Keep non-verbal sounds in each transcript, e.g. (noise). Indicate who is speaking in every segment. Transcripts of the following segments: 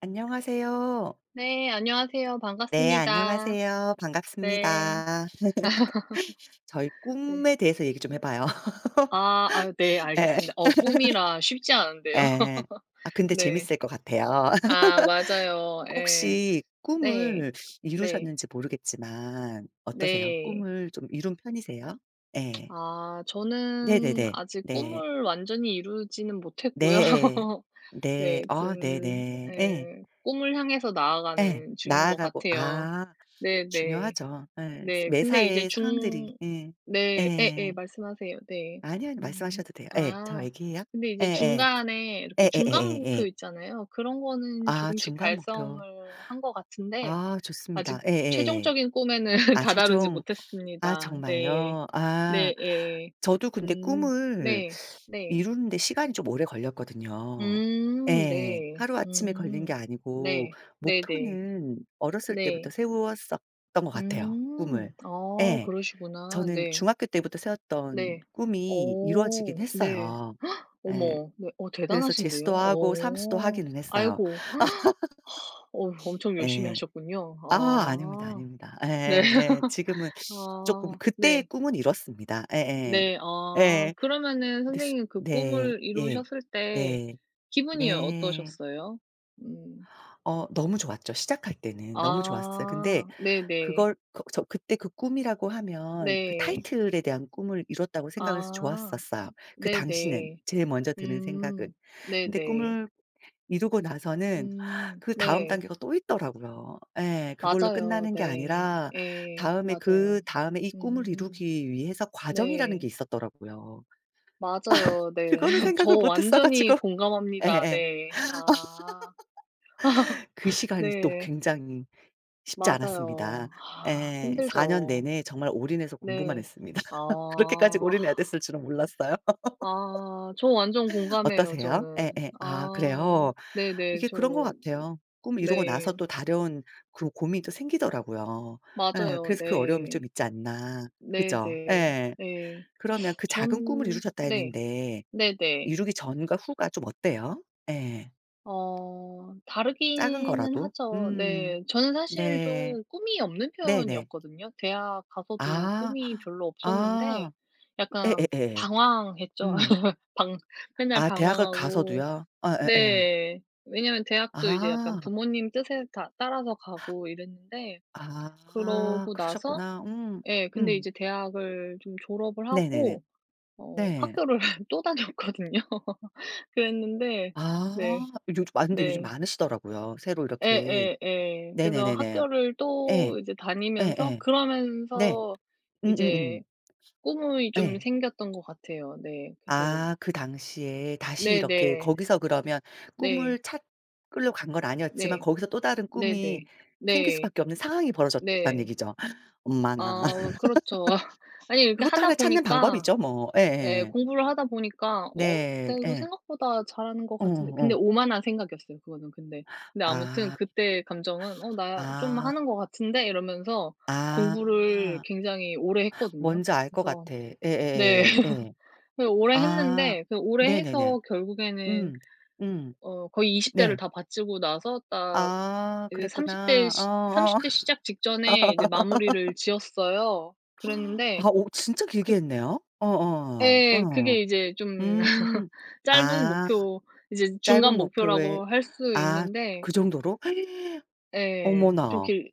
Speaker 1: 안녕하세요.
Speaker 2: 네. 안녕하세요.
Speaker 1: 네,
Speaker 2: 반갑습니다.
Speaker 1: 안녕하세요.
Speaker 2: 네.
Speaker 1: 반갑습니다. 저희
Speaker 2: 네.
Speaker 1: 꿈에 대해서 얘기 좀 해 봐요. (laughs)
Speaker 2: 네
Speaker 1: 예.
Speaker 2: 알겠습니다. 꿈이라 쉽지 않은데요.
Speaker 1: 예. 아
Speaker 2: (laughs)
Speaker 1: 근데
Speaker 2: 네.
Speaker 1: 재밌을 것 같아요. (laughs)
Speaker 2: 아 맞아요. 예.
Speaker 1: 혹시
Speaker 2: 네.
Speaker 1: 꿈을
Speaker 2: 네.
Speaker 1: 이루셨는지 모르겠지만 어떠세요?
Speaker 2: 네.
Speaker 1: 꿈을 좀 이룬 편이세요? 예.
Speaker 2: 아 저는
Speaker 1: 네네네.
Speaker 2: 아직
Speaker 1: 네.
Speaker 2: 꿈을 완전히 이루지는 못했고요.
Speaker 1: 네.
Speaker 2: (laughs)
Speaker 1: 네.
Speaker 2: 네.
Speaker 1: 아
Speaker 2: 좀
Speaker 1: 네네. 예.
Speaker 2: 예 꿈을 향해서
Speaker 1: 예.
Speaker 2: 나아가는 중인 것
Speaker 1: 나아가고
Speaker 2: 같아요.
Speaker 1: 아
Speaker 2: 네네.
Speaker 1: 중요하죠. 예.
Speaker 2: 네.
Speaker 1: 매사
Speaker 2: 근데 이제
Speaker 1: 의 상황들이
Speaker 2: 중
Speaker 1: 예.
Speaker 2: 네. 예예.
Speaker 1: 예.
Speaker 2: 말씀하세요. 네.
Speaker 1: 아니요, 아니요.
Speaker 2: 음.
Speaker 1: 말씀하셔도 돼요. 예. 저
Speaker 2: 아.
Speaker 1: 애기예요.
Speaker 2: 근데 이제
Speaker 1: 예예.
Speaker 2: 중간에 이렇게 중간 목표
Speaker 1: 예예예예예.
Speaker 2: 있잖아요. 그런 거는
Speaker 1: 아
Speaker 2: 조금씩
Speaker 1: 중간
Speaker 2: 달성을
Speaker 1: 목표.
Speaker 2: 한 것 같은데
Speaker 1: 아
Speaker 2: 아직
Speaker 1: 좋습니다. 예예예.
Speaker 2: 최종적인 꿈에는 (laughs)
Speaker 1: 아
Speaker 2: 다다르지
Speaker 1: 최종 아
Speaker 2: 못했습니다. 네.
Speaker 1: 정말요? 아
Speaker 2: 네 예.
Speaker 1: 저도 근데
Speaker 2: 음.
Speaker 1: 꿈을
Speaker 2: 네. 네.
Speaker 1: 이루는데 시간이 좀 오래 걸렸거든요.
Speaker 2: 음.
Speaker 1: 예.
Speaker 2: 네.
Speaker 1: 하루아침에 걸린 게
Speaker 2: 음.
Speaker 1: 아니고
Speaker 2: 네. 네네. 네.
Speaker 1: 목표는 어렸을 때부터
Speaker 2: 네.
Speaker 1: 세웠었던 것 같아요,
Speaker 2: 음.
Speaker 1: 꿈을.
Speaker 2: 아
Speaker 1: 예.
Speaker 2: 그러시구나.
Speaker 1: 저는
Speaker 2: 네.
Speaker 1: 중학교 때부터 세웠던
Speaker 2: 네.
Speaker 1: 꿈이
Speaker 2: 어.
Speaker 1: 이루어지긴
Speaker 2: 네.
Speaker 1: 했어요. 예.
Speaker 2: 어머. 네. 어
Speaker 1: 그래서
Speaker 2: 대단하신데요.
Speaker 1: 재수도 하고 삼수도
Speaker 2: 어.
Speaker 1: 하기는 했어요.
Speaker 2: 아이고. 어 엄청 열심히
Speaker 1: 예.
Speaker 2: 하셨군요.
Speaker 1: 아 아닙니다,
Speaker 2: 아.
Speaker 1: 아닙니다.
Speaker 2: 네.
Speaker 1: 예예예. 지금은
Speaker 2: (laughs)
Speaker 1: 쪼끔
Speaker 2: 아.
Speaker 1: 그때의
Speaker 2: 네.
Speaker 1: 꿈은 이뤘습니다. 예예.
Speaker 2: 네.
Speaker 1: 예.
Speaker 2: 아.
Speaker 1: 예.
Speaker 2: 그러면은 선
Speaker 1: 근데
Speaker 2: 생
Speaker 1: 수
Speaker 2: 님 그
Speaker 1: 네.
Speaker 2: 꿈을
Speaker 1: 예.
Speaker 2: 이루셨을 때
Speaker 1: 네.
Speaker 2: 기분이
Speaker 1: 네.
Speaker 2: 어떠셨어요? 음.
Speaker 1: 어 너무 좋았죠. 시작할 때는 너무 좋았어요. 근데
Speaker 2: 아. 네네.
Speaker 1: 그걸 그 저 그때 그 꿈이라고 하면 그
Speaker 2: 네.
Speaker 1: 타이틀에 대한 꿈을 이뤘다고 생각을 해서
Speaker 2: 아.
Speaker 1: 좋았었어요. 그 당시는
Speaker 2: 네네.
Speaker 1: 제일 먼저 드는
Speaker 2: 음.
Speaker 1: 생각은. 근데
Speaker 2: 네네.
Speaker 1: 꿈을 이루고 나서는
Speaker 2: 음.
Speaker 1: 그다음
Speaker 2: 네.
Speaker 1: 단계가 또 있더라고요. 예. 그걸로
Speaker 2: 맞아요.
Speaker 1: 끝나는 게
Speaker 2: 네.
Speaker 1: 아니라
Speaker 2: 예.
Speaker 1: 다음에
Speaker 2: 맞아요.
Speaker 1: 그다음에 이 꿈을
Speaker 2: 음.
Speaker 1: 이루기 위해서 과정이라는
Speaker 2: 네.
Speaker 1: 게 있었더라고요.
Speaker 2: 맞아요. 네.
Speaker 1: 그거는
Speaker 2: (laughs) 저
Speaker 1: 생각을 못 했어
Speaker 2: 완전히
Speaker 1: 가지고
Speaker 2: 공감합니다.
Speaker 1: 예예.
Speaker 2: 네. 아.
Speaker 1: (laughs) 그 시간이 또
Speaker 2: 네.
Speaker 1: 굉장히 쉽지 않았습니다.
Speaker 2: 맞아요. 아
Speaker 1: 예. 4년 년
Speaker 2: 힘들죠.
Speaker 1: 내내 정말 올인해서 공부만
Speaker 2: 네.
Speaker 1: 했습니다. (laughs) 그렇게까지
Speaker 2: 아.
Speaker 1: 올인해야 됐을 줄은 몰랐어요.
Speaker 2: 아 저 완전 공감해요
Speaker 1: 어떠세요?
Speaker 2: 저는.
Speaker 1: 예예. 아
Speaker 2: 아
Speaker 1: 그래요?
Speaker 2: 네네.
Speaker 1: 이게 그런 것
Speaker 2: 저
Speaker 1: 같아요. 꿈을 이루고 나서
Speaker 2: 네.
Speaker 1: 또 다려온 그 고민이 또 생기더라고요. 예.
Speaker 2: 맞아요.
Speaker 1: 그래서 그 어려움이
Speaker 2: 네.
Speaker 1: 좀 있지 않나. 그죠?
Speaker 2: 네네.
Speaker 1: 예.
Speaker 2: 네.
Speaker 1: 그러면 그 작은 꿈을
Speaker 2: 전
Speaker 1: 이루셨다
Speaker 2: 네.
Speaker 1: 했는데
Speaker 2: 네네.
Speaker 1: 이루기 전과 후가 좀 어때요? 예.
Speaker 2: 어
Speaker 1: 작은
Speaker 2: 다르기는
Speaker 1: 거라도.
Speaker 2: 하죠.
Speaker 1: 음.
Speaker 2: 네. 저는 사실
Speaker 1: 네.
Speaker 2: 좀 꿈이 없는
Speaker 1: 네네.
Speaker 2: 편이었거든요. 대학 가서도
Speaker 1: 아.
Speaker 2: 꿈이 별로 없었는데
Speaker 1: 아.
Speaker 2: 약간
Speaker 1: 예예예.
Speaker 2: 방황했죠.
Speaker 1: 음.
Speaker 2: (laughs) 방 맨날
Speaker 1: 아 대학을
Speaker 2: 방황하고
Speaker 1: 가서도요? 아 예 예.
Speaker 2: 네. 왜냐면 대학도 이제 약간
Speaker 1: 아.
Speaker 2: 부모님 뜻에 다 따라서 가고 이랬는데
Speaker 1: 아
Speaker 2: 그러고 나서
Speaker 1: 그러셨구나. 음.
Speaker 2: 예 근데
Speaker 1: 음.
Speaker 2: 이제 대학을 좀 졸업을
Speaker 1: 네네네.
Speaker 2: 하고 어
Speaker 1: 네.
Speaker 2: 학교를 (laughs) 또 다녔거든요. (laughs) 그랬는데 네.
Speaker 1: 아 요즘 아 근데 요즘
Speaker 2: 네.
Speaker 1: 많으시더라고요. 새로 이렇게
Speaker 2: 예예예. 그래서
Speaker 1: 네네네네.
Speaker 2: 학교를
Speaker 1: 예.
Speaker 2: 또 이제 다니면서
Speaker 1: 예예. 네.
Speaker 2: 그러면서 이제
Speaker 1: 음음음.
Speaker 2: 꿈이 좀
Speaker 1: 예.
Speaker 2: 생겼던 것 같아요. 네. 그래서
Speaker 1: 아 그 당시에 다시 이렇게
Speaker 2: 네네.
Speaker 1: 거기서 그러면
Speaker 2: 네.
Speaker 1: 꿈을 찾으러 간 건 아니었지만
Speaker 2: 네.
Speaker 1: 거기서 또 다른
Speaker 2: 네네.
Speaker 1: 꿈이
Speaker 2: 네.
Speaker 1: 생길
Speaker 2: 네.
Speaker 1: 수밖에 없는 상황이 벌어졌단
Speaker 2: 네. 네.
Speaker 1: 얘기죠. (gasps) (laughs) 엄마나.
Speaker 2: 아
Speaker 1: (laughs)
Speaker 2: 그렇죠. (laughs) 아니 이렇게
Speaker 1: 그것도
Speaker 2: 하다
Speaker 1: 하나 찾는
Speaker 2: 보니까
Speaker 1: 방법이죠 뭐. 예
Speaker 2: 예.
Speaker 1: 예
Speaker 2: 공부를 하다 보니까 "어?
Speaker 1: 네.
Speaker 2: 내가 이거
Speaker 1: 예.
Speaker 2: 생각보다 잘하는 것
Speaker 1: 어
Speaker 2: 같은데." 근데
Speaker 1: 어
Speaker 2: 오만한 생각이었어요 그거는 근데. 근데 아무튼
Speaker 1: 아.
Speaker 2: 그때 감정은 "어 나 좀
Speaker 1: 아.
Speaker 2: 하는 것 같은데?" 이러면서 공부를
Speaker 1: 아.
Speaker 2: 굉장히 오래 했거든요.
Speaker 1: 뭔지 알 것
Speaker 2: 그래서
Speaker 1: 같아.
Speaker 2: 네.
Speaker 1: 예예예예. 예.
Speaker 2: (laughs) 그 오래
Speaker 1: 아.
Speaker 2: 했는데 그 오래
Speaker 1: 네네네.
Speaker 2: 해서 결국에는
Speaker 1: 음. 음.
Speaker 2: 어 거의 20 대를
Speaker 1: 네.
Speaker 2: 다 바치고 나서 딱
Speaker 1: 아
Speaker 2: 이제 30 대
Speaker 1: 그랬구나.
Speaker 2: 시
Speaker 1: 어어.
Speaker 2: 30대 시작 직전에 이제 마무리를 지었어요. 그랬는데
Speaker 1: 아 오 진짜
Speaker 2: 그
Speaker 1: 길게 했네요. 어어. 어. 어.
Speaker 2: 예.
Speaker 1: 어.
Speaker 2: 그게 이제 좀
Speaker 1: 음.
Speaker 2: 짧은
Speaker 1: 아
Speaker 2: 목표 이제 중간
Speaker 1: 짧은 목표에
Speaker 2: 목표라고 할 수
Speaker 1: 아
Speaker 2: 있는데
Speaker 1: 그 정도로? (gasps)
Speaker 2: 예. 좀
Speaker 1: 어머나.
Speaker 2: 길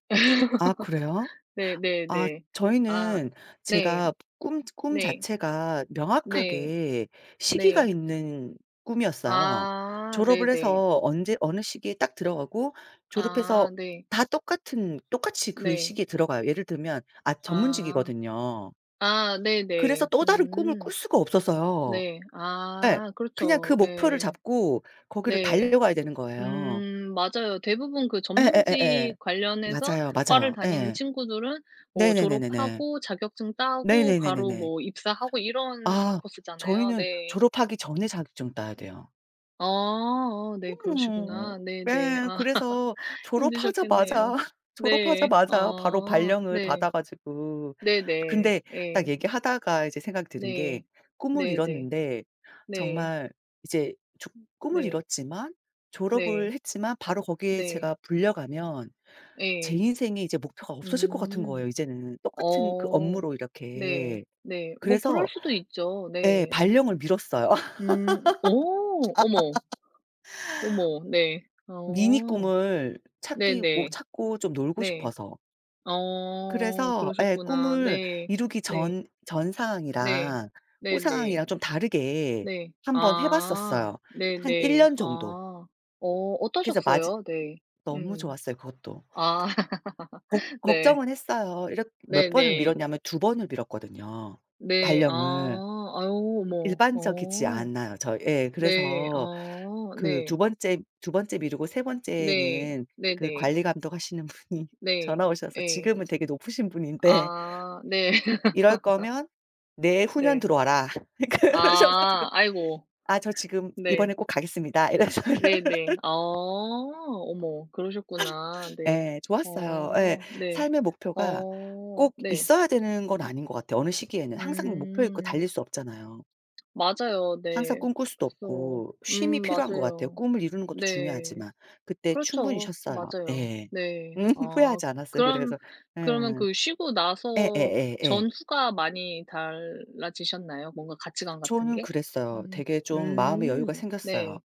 Speaker 1: 아 그래요?
Speaker 2: 네 네
Speaker 1: 아
Speaker 2: 네. 아
Speaker 1: 저희는
Speaker 2: 네.
Speaker 1: 제가 꿈
Speaker 2: 네.
Speaker 1: 자체가
Speaker 2: 네.
Speaker 1: 명확하게 시기가
Speaker 2: 네.
Speaker 1: 있는 꿈이었어요.
Speaker 2: 아
Speaker 1: 졸업을
Speaker 2: 네네.
Speaker 1: 해서 언제 어느 시기에 딱 들어가고 졸업해서
Speaker 2: 아 네.
Speaker 1: 다 똑같은 똑같이 그
Speaker 2: 네.
Speaker 1: 시기에 들어가요. 예를 들면 아
Speaker 2: 아.
Speaker 1: 전문직이거든요.
Speaker 2: 아 네네.
Speaker 1: 그래서 또 다른 꿈을
Speaker 2: 음.
Speaker 1: 꿀 수가 없었어요.
Speaker 2: 네.
Speaker 1: 예.
Speaker 2: 아
Speaker 1: 그냥 그
Speaker 2: 그렇죠.
Speaker 1: 목표를
Speaker 2: 예.
Speaker 1: 잡고 거기를
Speaker 2: 네.
Speaker 1: 달려가야 되는 거예요.
Speaker 2: 맞아요. 대부분 그
Speaker 1: 예예예예.
Speaker 2: 전문직 관련해서
Speaker 1: 맞아요,
Speaker 2: 과를
Speaker 1: 맞아요.
Speaker 2: 다니는
Speaker 1: 예.
Speaker 2: 친구들은 뭐
Speaker 1: 네네네네네.
Speaker 2: 졸업하고 자격증 따고 바로
Speaker 1: 네네네네네.
Speaker 2: 뭐 입사하고 이런
Speaker 1: 아
Speaker 2: 코스잖아요.
Speaker 1: 저희는
Speaker 2: 네.
Speaker 1: 졸업하기 전에 자격증 따야 돼요.
Speaker 2: 아 어, 네
Speaker 1: 음.
Speaker 2: 그러시구나. 네네.
Speaker 1: 예.
Speaker 2: 아
Speaker 1: 그래서
Speaker 2: (laughs)
Speaker 1: 졸업하자마자
Speaker 2: 힘드셨겠네요.
Speaker 1: (laughs)
Speaker 2: 네.
Speaker 1: 졸업하자마자 바로
Speaker 2: 아
Speaker 1: 발령을
Speaker 2: 네.
Speaker 1: 받아 가지고
Speaker 2: 네네.
Speaker 1: 근데 딱
Speaker 2: 예.
Speaker 1: 얘기하다가 이제 생각이 드는 게
Speaker 2: 네.
Speaker 1: 꿈을
Speaker 2: 네네.
Speaker 1: 이뤘는데
Speaker 2: 네.
Speaker 1: 정말 이제 조 꿈을
Speaker 2: 네.
Speaker 1: 이뤘지만 졸업을
Speaker 2: 네.
Speaker 1: 했지만 바로 거기에
Speaker 2: 네. 네.
Speaker 1: 제가 불려가면 제
Speaker 2: 예.
Speaker 1: 인생에 이제 목표가 없어질 것 같은
Speaker 2: 음.
Speaker 1: 거예요 이제는 똑같은 그
Speaker 2: 어.
Speaker 1: 업무로
Speaker 2: 네.
Speaker 1: 이렇게.
Speaker 2: 네. 뭐 그럴
Speaker 1: 그래서
Speaker 2: 수도 있죠.
Speaker 1: 예
Speaker 2: 네.
Speaker 1: 발령을 미뤘어요.
Speaker 2: 음. 오 어머. 어머. 네.
Speaker 1: 미니
Speaker 2: 어.
Speaker 1: 꿈을 찾기고
Speaker 2: 네네.
Speaker 1: 찾고 좀 놀고
Speaker 2: 네.
Speaker 1: 싶어서.
Speaker 2: 어.
Speaker 1: 그래서 예
Speaker 2: 그러셨구나.
Speaker 1: 꿈을
Speaker 2: 네.
Speaker 1: 이루기
Speaker 2: 네.
Speaker 1: 전
Speaker 2: 네.
Speaker 1: 상황이랑 후
Speaker 2: 네네.
Speaker 1: 상황이랑 좀 다르게
Speaker 2: 네.
Speaker 1: 한번 해
Speaker 2: 아.
Speaker 1: 봤었어요. 한 1
Speaker 2: 네네.
Speaker 1: 년 정도.
Speaker 2: 아. 어
Speaker 1: 그래서 마지
Speaker 2: 어떠셨어요? 네.
Speaker 1: 너무
Speaker 2: 음.
Speaker 1: 좋았어요 그것도.
Speaker 2: 아. (laughs)
Speaker 1: 걱
Speaker 2: 네.
Speaker 1: 걱정은 했어요. 이렇 몇 번을
Speaker 2: 네네.
Speaker 1: 미뤘냐면 두 번을 미뤘거든요
Speaker 2: 네. 아.
Speaker 1: 발령을.
Speaker 2: 아유 어머.
Speaker 1: 일반적이지
Speaker 2: 어.
Speaker 1: 않아요 저 예.
Speaker 2: 네.
Speaker 1: 그래서
Speaker 2: 어.
Speaker 1: 그 두
Speaker 2: 네.
Speaker 1: 번째 두 번째 미루고 세
Speaker 2: 네.
Speaker 1: 번째는 그
Speaker 2: 네네.
Speaker 1: 관리 감독하시는 분이 (laughs)
Speaker 2: 네.
Speaker 1: 전화 오셔서
Speaker 2: 예.
Speaker 1: 지금은 되게 높으신 분인데
Speaker 2: 아 네. (laughs)
Speaker 1: "이럴 거면 내후년
Speaker 2: 네.
Speaker 1: 들어와라." (laughs) 그러셔 가지고
Speaker 2: 아 아이고.
Speaker 1: "아 저 지금
Speaker 2: 네.
Speaker 1: 이번에 꼭 가겠습니다." 이래서 (laughs)
Speaker 2: 네네. 아 어머 그러셨구나. 네.
Speaker 1: 예 좋았어요. 예.
Speaker 2: 어 네.
Speaker 1: 삶의 목표가
Speaker 2: 어
Speaker 1: 꼭
Speaker 2: 네.
Speaker 1: 있어야 되는 건 아닌 것 같아요, 어느 시기에는. 항상 목표 있고 달릴
Speaker 2: 음
Speaker 1: 수 없잖아요.
Speaker 2: 맞아요.
Speaker 1: 항상
Speaker 2: 네.
Speaker 1: 꿈꿀 수도
Speaker 2: 그래서
Speaker 1: 없고 쉼이 필요한 것 같아요.
Speaker 2: 맞아요.
Speaker 1: 꿈을 이루는 것도
Speaker 2: 네.
Speaker 1: 중요하지만 그때 충분히
Speaker 2: 그렇죠.
Speaker 1: 쉬었어요.
Speaker 2: 맞아요.
Speaker 1: 예.
Speaker 2: 네.
Speaker 1: 음 (laughs)
Speaker 2: 아
Speaker 1: 후회하지 않았어요.
Speaker 2: 그럼
Speaker 1: 그래서
Speaker 2: 그러면
Speaker 1: 예.
Speaker 2: 그 쉬고 나서
Speaker 1: 예예예예.
Speaker 2: 전후가 많이 달라지셨나요? 뭔가 가치관 같은
Speaker 1: 저는
Speaker 2: 게?
Speaker 1: 그랬어요.
Speaker 2: 음.
Speaker 1: 되게 좀 마음의 여유가
Speaker 2: 음.
Speaker 1: 생겼어요.
Speaker 2: 네.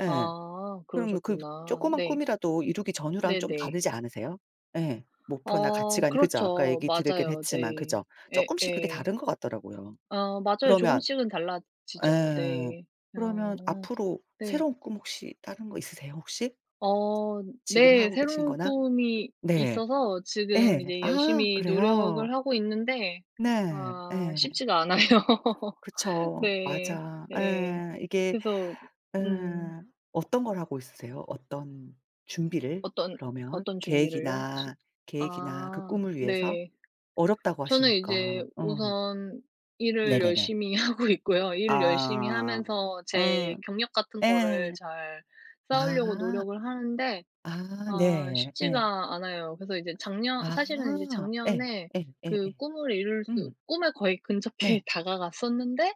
Speaker 1: 예.
Speaker 2: 아
Speaker 1: 그럼 그
Speaker 2: 그러셨구나.
Speaker 1: 조그만
Speaker 2: 네.
Speaker 1: 꿈이라도 이루기 전후랑 좀
Speaker 2: 네네.
Speaker 1: 다르지 않으세요? 예. 목표나
Speaker 2: 어
Speaker 1: 가치관이 그죠? 아까
Speaker 2: 그렇죠.
Speaker 1: 얘기 드리긴
Speaker 2: 맞아요.
Speaker 1: 했지만
Speaker 2: 네.
Speaker 1: 그죠? 조
Speaker 2: 에,
Speaker 1: 금씩 그게
Speaker 2: 에.
Speaker 1: 다른 것 같더라고요.
Speaker 2: 어 맞아요.
Speaker 1: 그러면
Speaker 2: 조금씩은 달라지죠.
Speaker 1: 예.
Speaker 2: 네.
Speaker 1: 그러면
Speaker 2: 어.
Speaker 1: 앞으로
Speaker 2: 네.
Speaker 1: 새로운 꿈 혹시 다른 거 있으세요 혹시?
Speaker 2: 어
Speaker 1: 지금
Speaker 2: 네.
Speaker 1: 하고 계신
Speaker 2: 새로운
Speaker 1: 거나
Speaker 2: 꿈이
Speaker 1: 네.
Speaker 2: 있어서 지금
Speaker 1: 예.
Speaker 2: 이제
Speaker 1: 아
Speaker 2: 열심히
Speaker 1: 그래요?
Speaker 2: 노력을 하고 있는데
Speaker 1: 네.
Speaker 2: 아
Speaker 1: 예.
Speaker 2: 쉽지가 않아요. (laughs)
Speaker 1: 그쵸.
Speaker 2: 네.
Speaker 1: 맞아.
Speaker 2: 네.
Speaker 1: 예. 이게
Speaker 2: 그래서
Speaker 1: 예
Speaker 2: 음
Speaker 1: 어떤 걸 하고 있으세요? 어떤 준비를
Speaker 2: 어떤
Speaker 1: 그러면
Speaker 2: 어떤 준비를요? 저
Speaker 1: 계획이나 계획이나 그
Speaker 2: 아
Speaker 1: 꿈을 위해서
Speaker 2: 네.
Speaker 1: 어렵다고
Speaker 2: 저는 이제
Speaker 1: 하시니까. 어.
Speaker 2: 우선 일을
Speaker 1: 네네네.
Speaker 2: 열심히 (laughs) 하고 있고요. 일을 열심히
Speaker 1: 아.
Speaker 2: 하면서 제
Speaker 1: 어.
Speaker 2: 경력 같은 거를
Speaker 1: 예.
Speaker 2: 잘 쌓으려고
Speaker 1: 아.
Speaker 2: 노력을 하는데
Speaker 1: 아
Speaker 2: 아
Speaker 1: 네. 예.
Speaker 2: 쉽지가 않아요. 그래서 이제 작년
Speaker 1: 아.
Speaker 2: 사실은 이제
Speaker 1: 예.
Speaker 2: 작년에 그
Speaker 1: 예예예.
Speaker 2: 꿈을 이룰 수
Speaker 1: 음.
Speaker 2: 꿈에 거의 근접해
Speaker 1: 네.
Speaker 2: (laughs) 다가갔었는데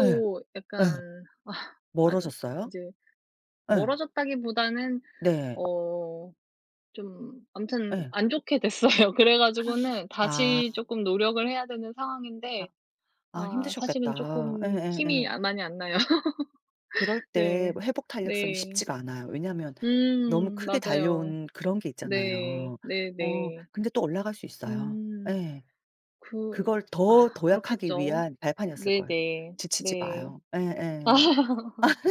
Speaker 1: 예. 예.
Speaker 2: 약간 아 안
Speaker 1: 멀어졌어요?
Speaker 2: 이제
Speaker 1: 예.
Speaker 2: 멀어졌다기보다는
Speaker 1: 네.
Speaker 2: 어 좀 아무튼
Speaker 1: 예.
Speaker 2: 안 좋게 됐어요. (laughs) 그래 가지고는
Speaker 1: 아.
Speaker 2: 다시 조금 노력을 해야 되는 상황인데
Speaker 1: 아
Speaker 2: 아 사실은
Speaker 1: 힘드셨겠다.
Speaker 2: 조금
Speaker 1: 예예예.
Speaker 2: 힘이 아 많이 안 나요. (laughs)
Speaker 1: 그럴 때
Speaker 2: 네.
Speaker 1: 뭐 회복 탄력성이
Speaker 2: 네.
Speaker 1: 쉽지가 않아요. 왜냐하면 너무 크게
Speaker 2: 맞아요.
Speaker 1: 달려온 그런 게
Speaker 2: 네.
Speaker 1: 있잖아요. 어
Speaker 2: 네네.
Speaker 1: 근데 또 올라갈 수 있어요.
Speaker 2: 음.
Speaker 1: 예.
Speaker 2: 그
Speaker 1: 그걸
Speaker 2: 아
Speaker 1: 더 도약하기
Speaker 2: 그렇겠죠.
Speaker 1: 위한 발판이었을 거예요.
Speaker 2: 네네.
Speaker 1: 지치지
Speaker 2: 네.
Speaker 1: 마요. 예예.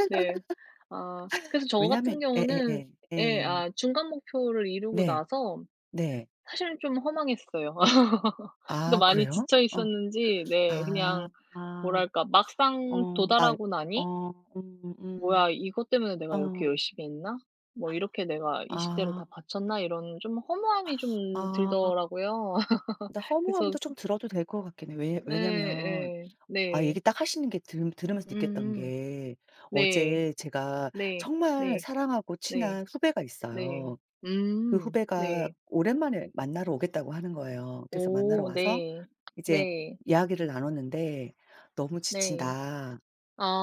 Speaker 2: 네. 아 그래서 저
Speaker 1: 왜냐하면
Speaker 2: 같은
Speaker 1: 예예예.
Speaker 2: 경우는
Speaker 1: 예. 예,
Speaker 2: 예
Speaker 1: 예.
Speaker 2: 아 중간 목표를 이루고
Speaker 1: 네.
Speaker 2: 나서
Speaker 1: 네.
Speaker 2: 사실 좀 허망했어요. (laughs) 그러니까
Speaker 1: 아
Speaker 2: 많이
Speaker 1: 그래요?
Speaker 2: 지쳐
Speaker 1: 어.
Speaker 2: 있었는지 네 그냥
Speaker 1: 아. 아.
Speaker 2: 뭐랄까 막상
Speaker 1: 어. 나
Speaker 2: 도달하고 나니
Speaker 1: 어. 음음.
Speaker 2: "뭐야 이것 때문에 내가 이렇게
Speaker 1: 어.
Speaker 2: 열심히 했나? 뭐 이렇게 내가 20 대를
Speaker 1: 아.
Speaker 2: 다 바쳤나?" 이런 좀 허무함이 좀
Speaker 1: 아.
Speaker 2: 들더라고요.
Speaker 1: 근데
Speaker 2: (laughs) 그래서
Speaker 1: 허무함도 좀 들어도 될 것 같긴 해. 왜
Speaker 2: 네. 예
Speaker 1: 왜냐면
Speaker 2: 예.
Speaker 1: 아
Speaker 2: 네.
Speaker 1: 얘기 딱 하시는 게 들 들으면서 느꼈던
Speaker 2: 음
Speaker 1: 게
Speaker 2: 네.
Speaker 1: 어제 제가
Speaker 2: 네.
Speaker 1: 정말
Speaker 2: 네.
Speaker 1: 사랑하고
Speaker 2: 네.
Speaker 1: 친한 후배가
Speaker 2: 네.
Speaker 1: 있어요. 그
Speaker 2: 음.
Speaker 1: 후배가
Speaker 2: 네.
Speaker 1: 오랜만에 만나러 오겠다고 하는 거예요. 그래서 만나러
Speaker 2: 오
Speaker 1: 와서
Speaker 2: 네.
Speaker 1: 이제
Speaker 2: 네.
Speaker 1: 이야기를 나눴는데 "너무
Speaker 2: 네.
Speaker 1: 지친다."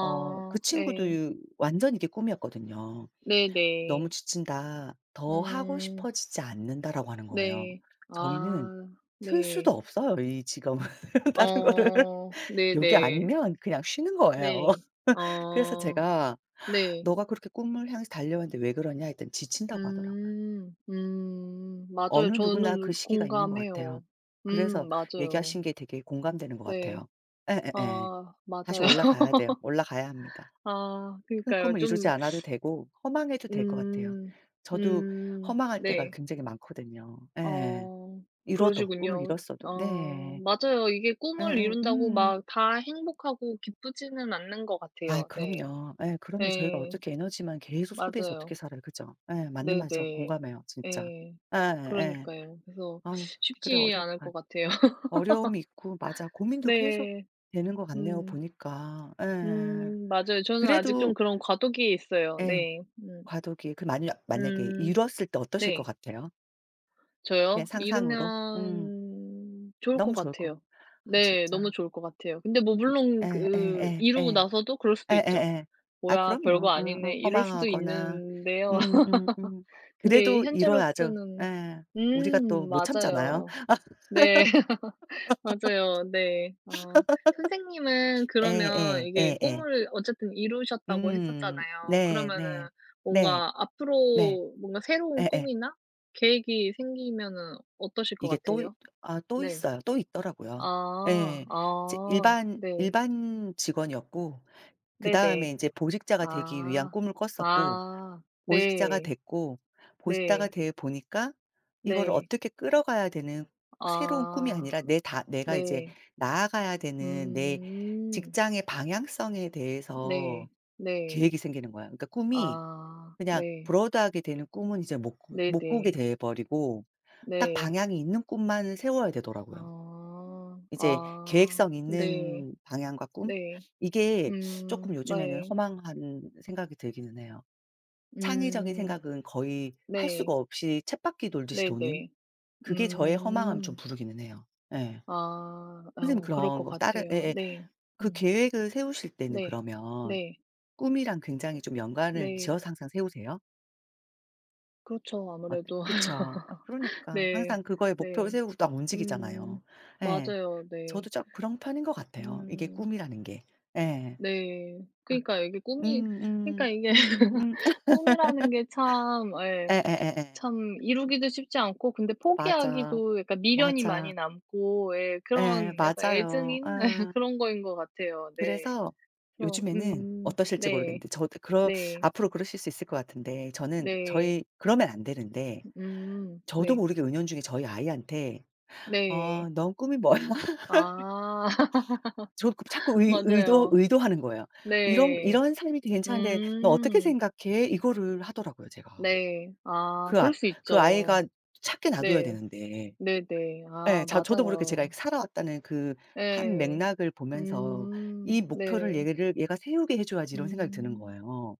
Speaker 1: 어 그 친구도
Speaker 2: 네
Speaker 1: 완전 이게 꿈이었거든요.
Speaker 2: 네네.
Speaker 1: "너무 지친다. 더 하고
Speaker 2: 음.
Speaker 1: 싶어지지 않는다."라고 하는 거예요.
Speaker 2: 네.
Speaker 1: 저희는
Speaker 2: 아
Speaker 1: 틀 수도
Speaker 2: 네.
Speaker 1: 없어요 이 직업은. (laughs) 다른 거를
Speaker 2: 어 네네.
Speaker 1: 요게
Speaker 2: 네.
Speaker 1: 아니면 그냥 쉬는 거예요.
Speaker 2: 네.
Speaker 1: (laughs) 그래서
Speaker 2: 아
Speaker 1: 제가
Speaker 2: 네.
Speaker 1: "너가 그렇게 꿈을 향해서 달려왔는데 왜 그러냐?" 했더니 지친다고 하더라고요.
Speaker 2: 음. 음. 맞아요.
Speaker 1: 어느 누구나 그
Speaker 2: 저는
Speaker 1: 시기가 있는 것
Speaker 2: 공감해요.
Speaker 1: 같아요. 그래서
Speaker 2: 맞아요.
Speaker 1: 얘기하신 게 되게 공감되는 것
Speaker 2: 네.
Speaker 1: 같아요. 에에
Speaker 2: 아
Speaker 1: 다시
Speaker 2: 맞아요. (laughs)
Speaker 1: 올라가야 돼요. 올라가야 합니다.
Speaker 2: 아
Speaker 1: 큰
Speaker 2: 그니까요.
Speaker 1: 꿈을 이루지
Speaker 2: 좀
Speaker 1: 않아도 되고 허망해도 될 것 같아요.
Speaker 2: 음.
Speaker 1: 저도
Speaker 2: 음.
Speaker 1: 허망할 때가
Speaker 2: 네.
Speaker 1: 굉장히 많거든요. 예.
Speaker 2: 어.
Speaker 1: 이뤄도 꿈을
Speaker 2: 그러시군요.
Speaker 1: 이뤘어도.
Speaker 2: 어
Speaker 1: 네.
Speaker 2: 맞아요. 이게 꿈을
Speaker 1: 예예.
Speaker 2: 이룬다고
Speaker 1: 음.
Speaker 2: 막 다 행복하고 기쁘지는 않는 것
Speaker 1: 아이
Speaker 2: 같아요. 네.
Speaker 1: 그럼요. 예 그러면 저희가
Speaker 2: 네
Speaker 1: 어떻게 에너지만 계속 소비해서
Speaker 2: 맞아요.
Speaker 1: 어떻게 살아요. 그죠? 예. 맞는 말 저
Speaker 2: 네네.
Speaker 1: 공감해요 진짜.
Speaker 2: 네,
Speaker 1: 예예.
Speaker 2: 그러니까요. 그래서
Speaker 1: 아 그래
Speaker 2: 쉽지 않을 것
Speaker 1: 어렵다.
Speaker 2: 같아요. (laughs)
Speaker 1: 어려움이 있고 맞아. 고민도 계속
Speaker 2: 네.
Speaker 1: 되는 것 같네요
Speaker 2: 음.
Speaker 1: 보니까. 예.
Speaker 2: 맞아요. 저는 아직 좀
Speaker 1: 그래도
Speaker 2: 그런 과도기에 있어요.
Speaker 1: 예
Speaker 2: 네. 음.
Speaker 1: 과도기 그 만약 만약에
Speaker 2: 음.
Speaker 1: 이뤘을 때 어떠실 것
Speaker 2: 네.
Speaker 1: 같아요? 그냥
Speaker 2: 저요?
Speaker 1: 상상으로? 음.
Speaker 2: 이루면 좋을 것
Speaker 1: 너무 좋을 것
Speaker 2: 같아요.
Speaker 1: 아
Speaker 2: 네. 너무
Speaker 1: 진짜.
Speaker 2: 좋을 것 같아요. 근데 뭐 물론 그
Speaker 1: 예예예예.
Speaker 2: 이루고 나서도 그럴 수도 있죠.
Speaker 1: 예예예. 아
Speaker 2: "뭐야 별거
Speaker 1: 그럼요. 어 어
Speaker 2: 아니네." 이럴 수도
Speaker 1: 허망하거나.
Speaker 2: 있는데요.
Speaker 1: 음
Speaker 2: (laughs)
Speaker 1: 음 음.
Speaker 2: 근데
Speaker 1: 그래도 이뤄야죠.
Speaker 2: 현재로서는
Speaker 1: 예. 우리가 또 못 참잖아요.
Speaker 2: 맞아요. 네. (laughs) 맞아요. 네. 아 선생님은 그러면
Speaker 1: 예예.
Speaker 2: 이게
Speaker 1: 예예.
Speaker 2: 꿈을 어쨌든 이루셨다고
Speaker 1: 음.
Speaker 2: 했었잖아요.
Speaker 1: 네
Speaker 2: 그러면은
Speaker 1: 네. 네.
Speaker 2: 뭔가
Speaker 1: 네.
Speaker 2: 앞으로 뭔가 새로운
Speaker 1: 예예.
Speaker 2: 꿈이나 계획이 생기면은 어떠실 것
Speaker 1: 이게 또 있
Speaker 2: 같아요?
Speaker 1: 아 또
Speaker 2: 네.
Speaker 1: 있어요. 또 있더라고요.
Speaker 2: 아.
Speaker 1: 예. 이제
Speaker 2: 아.
Speaker 1: 일반
Speaker 2: 네.
Speaker 1: 일반 직원이었고 그다음에
Speaker 2: 네네.
Speaker 1: 인제 보직자가 되기 위한
Speaker 2: 아.
Speaker 1: 꿈을 꿨었고
Speaker 2: 아.
Speaker 1: 보직자가
Speaker 2: 네.
Speaker 1: 됐고 보직자가
Speaker 2: 네.
Speaker 1: 돼 보니까 이걸
Speaker 2: 네.
Speaker 1: 어떻게 끌어가야 되는 새로운 꿈이
Speaker 2: 아.
Speaker 1: 아니라 내 다 내가 이제
Speaker 2: 네.
Speaker 1: 나아가야 되는 내
Speaker 2: 음.
Speaker 1: 직장의 방향성에
Speaker 2: 네.
Speaker 1: 대해서
Speaker 2: 네.
Speaker 1: 계획이 생기는 거야. 그러니까 꿈이
Speaker 2: 아.
Speaker 1: 그냥
Speaker 2: 네.
Speaker 1: 브로드하게 되는 꿈은 이제 못 꾸
Speaker 2: 네네.
Speaker 1: 못 꾸게
Speaker 2: 네.
Speaker 1: 돼 버리고 딱
Speaker 2: 네.
Speaker 1: 방향이 있는 꿈만 세워야 되더라고요.
Speaker 2: 아.
Speaker 1: 이제
Speaker 2: 아.
Speaker 1: 계획성
Speaker 2: 네.
Speaker 1: 있는 방향과 꿈?
Speaker 2: 네.
Speaker 1: 이게 조금
Speaker 2: 음.
Speaker 1: 요즘에는
Speaker 2: 네.
Speaker 1: 허망한 생각이 들기는 해요. 창의적인
Speaker 2: 음.
Speaker 1: 생각은 거의 할
Speaker 2: 네.
Speaker 1: 수가 없이 쳇바퀴 돌듯이 도는
Speaker 2: 네네.
Speaker 1: 그게 저의 허망함을 좀
Speaker 2: 음.
Speaker 1: 부르기는 해요. 예.
Speaker 2: 아.
Speaker 1: 선생님
Speaker 2: 어 그럴
Speaker 1: 그런
Speaker 2: 것
Speaker 1: 거 다른
Speaker 2: 같아요.
Speaker 1: 예예.
Speaker 2: 네.
Speaker 1: 그
Speaker 2: 음.
Speaker 1: 계획을 세우실 때는
Speaker 2: 네.
Speaker 1: 그러면
Speaker 2: 네.
Speaker 1: 꿈이랑 굉장히 좀 연관을
Speaker 2: 네.
Speaker 1: 지어서 항상 세우세요?
Speaker 2: 그렇죠.
Speaker 1: 어때
Speaker 2: 아무래도 (laughs)
Speaker 1: 그쵸. 아 그러니까
Speaker 2: 네.
Speaker 1: 항상 그거에 목표를
Speaker 2: 네.
Speaker 1: 세우고 딱
Speaker 2: 음.
Speaker 1: 움직이잖아요. 예.
Speaker 2: 맞아요. 네.
Speaker 1: 저도 좀 그런 편인 것 같아요, 이게
Speaker 2: 음.
Speaker 1: 꿈이라는 게. 예.
Speaker 2: 네.
Speaker 1: 아
Speaker 2: 그니까 이게 꿈이 그니까
Speaker 1: 음음.
Speaker 2: 이게 (laughs)
Speaker 1: 음음.
Speaker 2: 꿈이라는 게 참 예
Speaker 1: 예예예예.
Speaker 2: 참 이루기도 쉽지 않고 근데
Speaker 1: 맞아.
Speaker 2: 포기하기도 약간 미련이
Speaker 1: 맞아.
Speaker 2: 많이 남고 예
Speaker 1: 예
Speaker 2: 그런 약간
Speaker 1: 맞아요.
Speaker 2: 애증인 (laughs)
Speaker 1: 아.
Speaker 2: 그런 거인 것 같아요. 네.
Speaker 1: 그래서
Speaker 2: 그래서
Speaker 1: 요즘에는 어떠실지
Speaker 2: 네.
Speaker 1: 모르겠는데 저 그러
Speaker 2: 네.
Speaker 1: 앞으로 그러실 수 있을 것 같은데 저는
Speaker 2: 네.
Speaker 1: 저희 그러면 안 되는데 저도
Speaker 2: 네.
Speaker 1: 모르게 은연중에 저희 아이한테
Speaker 2: 네.
Speaker 1: "어 넌 꿈이 뭐야?" (laughs)
Speaker 2: 아.
Speaker 1: 저 그 자꾸 의 의도
Speaker 2: 맞아요.
Speaker 1: 의도하는 거예요. "이런
Speaker 2: 네.
Speaker 1: 이런 삶이 괜찮은데 너 어떻게
Speaker 2: 음.
Speaker 1: 생각해?" 이거를 하더라고요 제가.
Speaker 2: 네. 아
Speaker 1: 그
Speaker 2: 그럴
Speaker 1: 아
Speaker 2: 수
Speaker 1: 그
Speaker 2: 있죠.
Speaker 1: 아이가 찾게 놔둬야
Speaker 2: 네.
Speaker 1: 되는데.
Speaker 2: 네네.
Speaker 1: 예.
Speaker 2: 아
Speaker 1: 자 저도 모르게 제가
Speaker 2: 맞아요.
Speaker 1: 살아왔다는 그 한
Speaker 2: 예.
Speaker 1: 맥락을 보면서
Speaker 2: 음.
Speaker 1: '이 목표를
Speaker 2: 네.
Speaker 1: 얘를 얘가 세우게 해 줘야지.' 이런 생각이 드는
Speaker 2: 음.
Speaker 1: 거예요.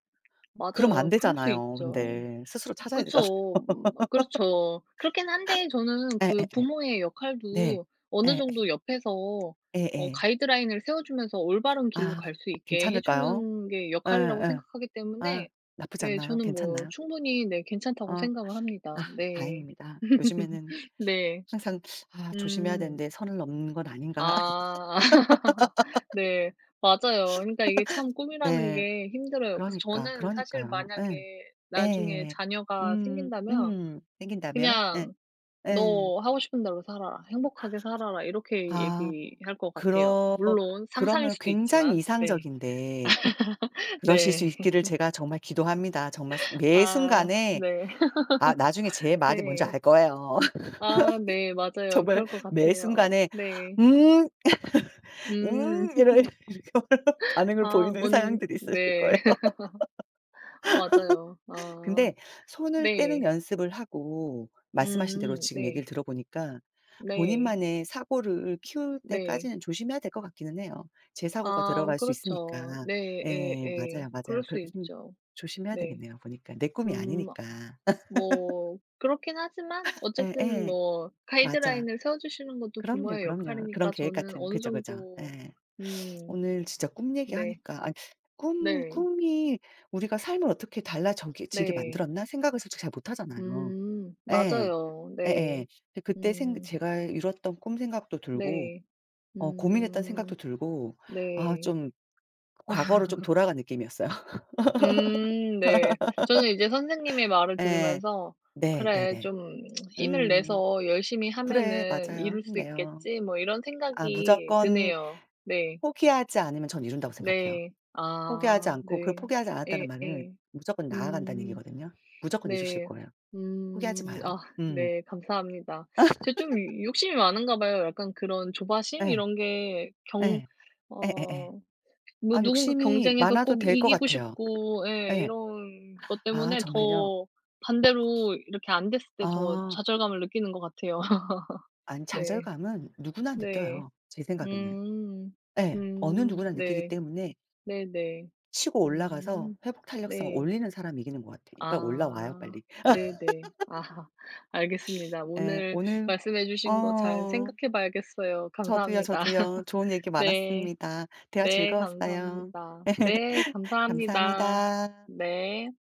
Speaker 1: 그러면 안
Speaker 2: 맞아요. 그럴 수
Speaker 1: 되잖아요
Speaker 2: 있죠.
Speaker 1: 근데. 스스로 찾아야 되잖아요.
Speaker 2: 그쵸. 아, 그렇죠. 그렇긴 한데 저는
Speaker 1: 예예예.
Speaker 2: 그
Speaker 1: (laughs)
Speaker 2: 부모의
Speaker 1: 네.
Speaker 2: 역할도 어느
Speaker 1: 예.
Speaker 2: 정도 옆에서 어
Speaker 1: 예예.
Speaker 2: 가이드라인을 세워 주면서 올바른 길로
Speaker 1: 아
Speaker 2: 갈 수 있게 해
Speaker 1: 괜찮을까요?
Speaker 2: 주는 게 역할이라고
Speaker 1: 예예.
Speaker 2: 생각하기
Speaker 1: 아
Speaker 2: 때문에
Speaker 1: 나쁘지
Speaker 2: 네.
Speaker 1: 않나요?
Speaker 2: 저는 뭐
Speaker 1: 괜찮나요?
Speaker 2: 충분히 네 괜찮다고
Speaker 1: 어.
Speaker 2: 생각을
Speaker 1: 아
Speaker 2: 합니다. 네.
Speaker 1: 다행입니다. 요즘에는
Speaker 2: (laughs) 네.
Speaker 1: 항상 '아 조심해야
Speaker 2: 음.
Speaker 1: 되는데 선을 넘는 건 아닌가?' (laughs)
Speaker 2: 아. (laughs) 네. 맞아요. 그러니까 이게 참 꿈이라는
Speaker 1: 네.
Speaker 2: 게 힘들어요. 그래서
Speaker 1: 그러니까,
Speaker 2: 저는 사실
Speaker 1: 그러니까요. 예.
Speaker 2: 만약에 나중에
Speaker 1: 예.
Speaker 2: 자녀가
Speaker 1: 음.
Speaker 2: 생긴다면
Speaker 1: 음. 생긴다면. 예.
Speaker 2: 그냥
Speaker 1: 예.
Speaker 2: "너 하고 싶은 대로 살아라. 행복하게 살아라." 이렇게
Speaker 1: 아
Speaker 2: 얘기할 것 같아요.
Speaker 1: 그러
Speaker 2: 물론 상상일
Speaker 1: 그러면
Speaker 2: 수도
Speaker 1: 굉장히
Speaker 2: 있지만. 네.
Speaker 1: 이상적인데
Speaker 2: (laughs)
Speaker 1: 그러실 수
Speaker 2: 네.
Speaker 1: 있기를 제가 정말 기도합니다. 정말 소 매
Speaker 2: 아
Speaker 1: 순간에
Speaker 2: 네.
Speaker 1: 아 나중에 제 말이 뭔지
Speaker 2: 네.
Speaker 1: 알 거예요. (laughs)
Speaker 2: 아 네. 맞아요.
Speaker 1: 정말
Speaker 2: 그럴 것
Speaker 1: 매
Speaker 2: 같아요.
Speaker 1: 순간에
Speaker 2: 네.
Speaker 1: "음.
Speaker 2: 음.
Speaker 1: 음."
Speaker 2: (laughs)
Speaker 1: 이런 (laughs) 렇게 반응을
Speaker 2: 아
Speaker 1: 보이는
Speaker 2: 뭔
Speaker 1: 상황들이 있으실
Speaker 2: 네.
Speaker 1: 거예요.
Speaker 2: (laughs) 맞아요.
Speaker 1: (laughs)
Speaker 2: 아
Speaker 1: 근데 손을
Speaker 2: 네.
Speaker 1: 떼는 연습을 하고 말씀하신 대로 지금
Speaker 2: 네.
Speaker 1: 얘기를 들어보니까
Speaker 2: 네.
Speaker 1: 본인만의 사고를 키울
Speaker 2: 네.
Speaker 1: 때까지는 조심해야 될 것 같기는 해요. 제 사고가
Speaker 2: 아
Speaker 1: 들어갈 수
Speaker 2: 그렇죠.
Speaker 1: 있으니까.
Speaker 2: 네.
Speaker 1: 예
Speaker 2: 예예.
Speaker 1: 맞아요,
Speaker 2: 그럴
Speaker 1: 맞아요.
Speaker 2: 수
Speaker 1: 그렇게 좀
Speaker 2: 있죠.
Speaker 1: 조심해야
Speaker 2: 네.
Speaker 1: 되겠네요 보니까. 내 꿈이
Speaker 2: 음
Speaker 1: 아니니까. (laughs)
Speaker 2: 뭐 그렇긴 하지만 어쨌든
Speaker 1: 예예.
Speaker 2: 뭐
Speaker 1: 맞아.
Speaker 2: 가이드라인을 세워 주시는 것도
Speaker 1: 그럼요,
Speaker 2: 부모의
Speaker 1: 그럼요. 그런
Speaker 2: 역할이니까
Speaker 1: 계획
Speaker 2: 저는
Speaker 1: 같은
Speaker 2: 어느
Speaker 1: 그죠, 그죠.
Speaker 2: 정도
Speaker 1: 예.
Speaker 2: 음
Speaker 1: 오늘 진짜 꿈
Speaker 2: 네.
Speaker 1: 얘기하니까 아니 꿈
Speaker 2: 네.
Speaker 1: 꿈이 우리가 삶을 어떻게 달라 지게
Speaker 2: 네.
Speaker 1: 만들었나 생각을 솔직히 잘 못 하잖아요. 예.
Speaker 2: 맞아요.
Speaker 1: 예예.
Speaker 2: 네.
Speaker 1: 근데 그때 생
Speaker 2: 음
Speaker 1: 제가 이뤘던 꿈 생각도 들고
Speaker 2: 네.
Speaker 1: 어 고민했던 생각도
Speaker 2: 음.
Speaker 1: 들고 아
Speaker 2: 네.
Speaker 1: 좀 과거로 좀 돌아간 느낌이었어요. (laughs)
Speaker 2: 네. 저는 이제 선생님의 말을
Speaker 1: 예.
Speaker 2: 들으면서
Speaker 1: 네
Speaker 2: "그래
Speaker 1: 네네.
Speaker 2: 좀 힘을
Speaker 1: 음.
Speaker 2: 내서 열심히
Speaker 1: 그래
Speaker 2: 하면은
Speaker 1: 맞아요.
Speaker 2: 이룰 수
Speaker 1: 힘내요.
Speaker 2: 있겠지." 뭐 이런
Speaker 1: 아
Speaker 2: 생각이
Speaker 1: 무조건
Speaker 2: 드네요. 네.
Speaker 1: 포기하지 않으면 전 이룬다고 생각해요.
Speaker 2: 네.
Speaker 1: 포기하지
Speaker 2: 아
Speaker 1: 않고 그
Speaker 2: 네.
Speaker 1: 포기하지 않았다는 말은
Speaker 2: 예예.
Speaker 1: 무조건 나아간다는
Speaker 2: 음
Speaker 1: 얘기거든요. 무조건 이루실
Speaker 2: 네.
Speaker 1: 거예요. 포기하지
Speaker 2: 아
Speaker 1: 마요. 음.
Speaker 2: 네 감사합니다. 제가
Speaker 1: (laughs)
Speaker 2: 좀 욕심이 많은가 봐요. 약간 그런 조바심
Speaker 1: 예.
Speaker 2: 이런 게경
Speaker 1: 예. 예예예.
Speaker 2: 어 뭐
Speaker 1: 아
Speaker 2: 누군가
Speaker 1: 욕심이
Speaker 2: 경쟁해서
Speaker 1: 많아도
Speaker 2: 꼭
Speaker 1: 될 것
Speaker 2: 이기고
Speaker 1: 같아요.
Speaker 2: 싶고 예
Speaker 1: 예.
Speaker 2: 이런 것
Speaker 1: 아
Speaker 2: 때문에
Speaker 1: 정말요?
Speaker 2: 더 반대로 이렇게 안 됐을 때 더
Speaker 1: 아.
Speaker 2: 좌절감을 느끼는 것 같아요. (laughs)
Speaker 1: 아니
Speaker 2: 네.
Speaker 1: 좌절감은 누구나
Speaker 2: 네.
Speaker 1: 느껴요, 제 생각에는.
Speaker 2: 음.
Speaker 1: 예. 어느
Speaker 2: 음.
Speaker 1: 누구나 느끼기
Speaker 2: 네.
Speaker 1: 때문에
Speaker 2: 네네.
Speaker 1: 치고 올라가서
Speaker 2: 음.
Speaker 1: 회복 탄력성을
Speaker 2: 네.
Speaker 1: 올리는 사람이 이기는 것 같아요. 빨리 올라와요,
Speaker 2: 아.
Speaker 1: 빨리.
Speaker 2: 네네. 아 (laughs) 알겠습니다.
Speaker 1: 예.
Speaker 2: 오늘
Speaker 1: 오늘
Speaker 2: 말씀해 주신 거 잘
Speaker 1: 어
Speaker 2: 생각해 봐야겠어요.
Speaker 1: 저도요,
Speaker 2: 감사합니다.
Speaker 1: 저도요. 좋은
Speaker 2: (laughs)
Speaker 1: 얘기
Speaker 2: 네.
Speaker 1: 많았습니다. 대화
Speaker 2: 네
Speaker 1: 즐거웠어요.
Speaker 2: 감사합니다. 네
Speaker 1: (laughs)
Speaker 2: 감사합니다.
Speaker 1: 감사합니다.
Speaker 2: 네.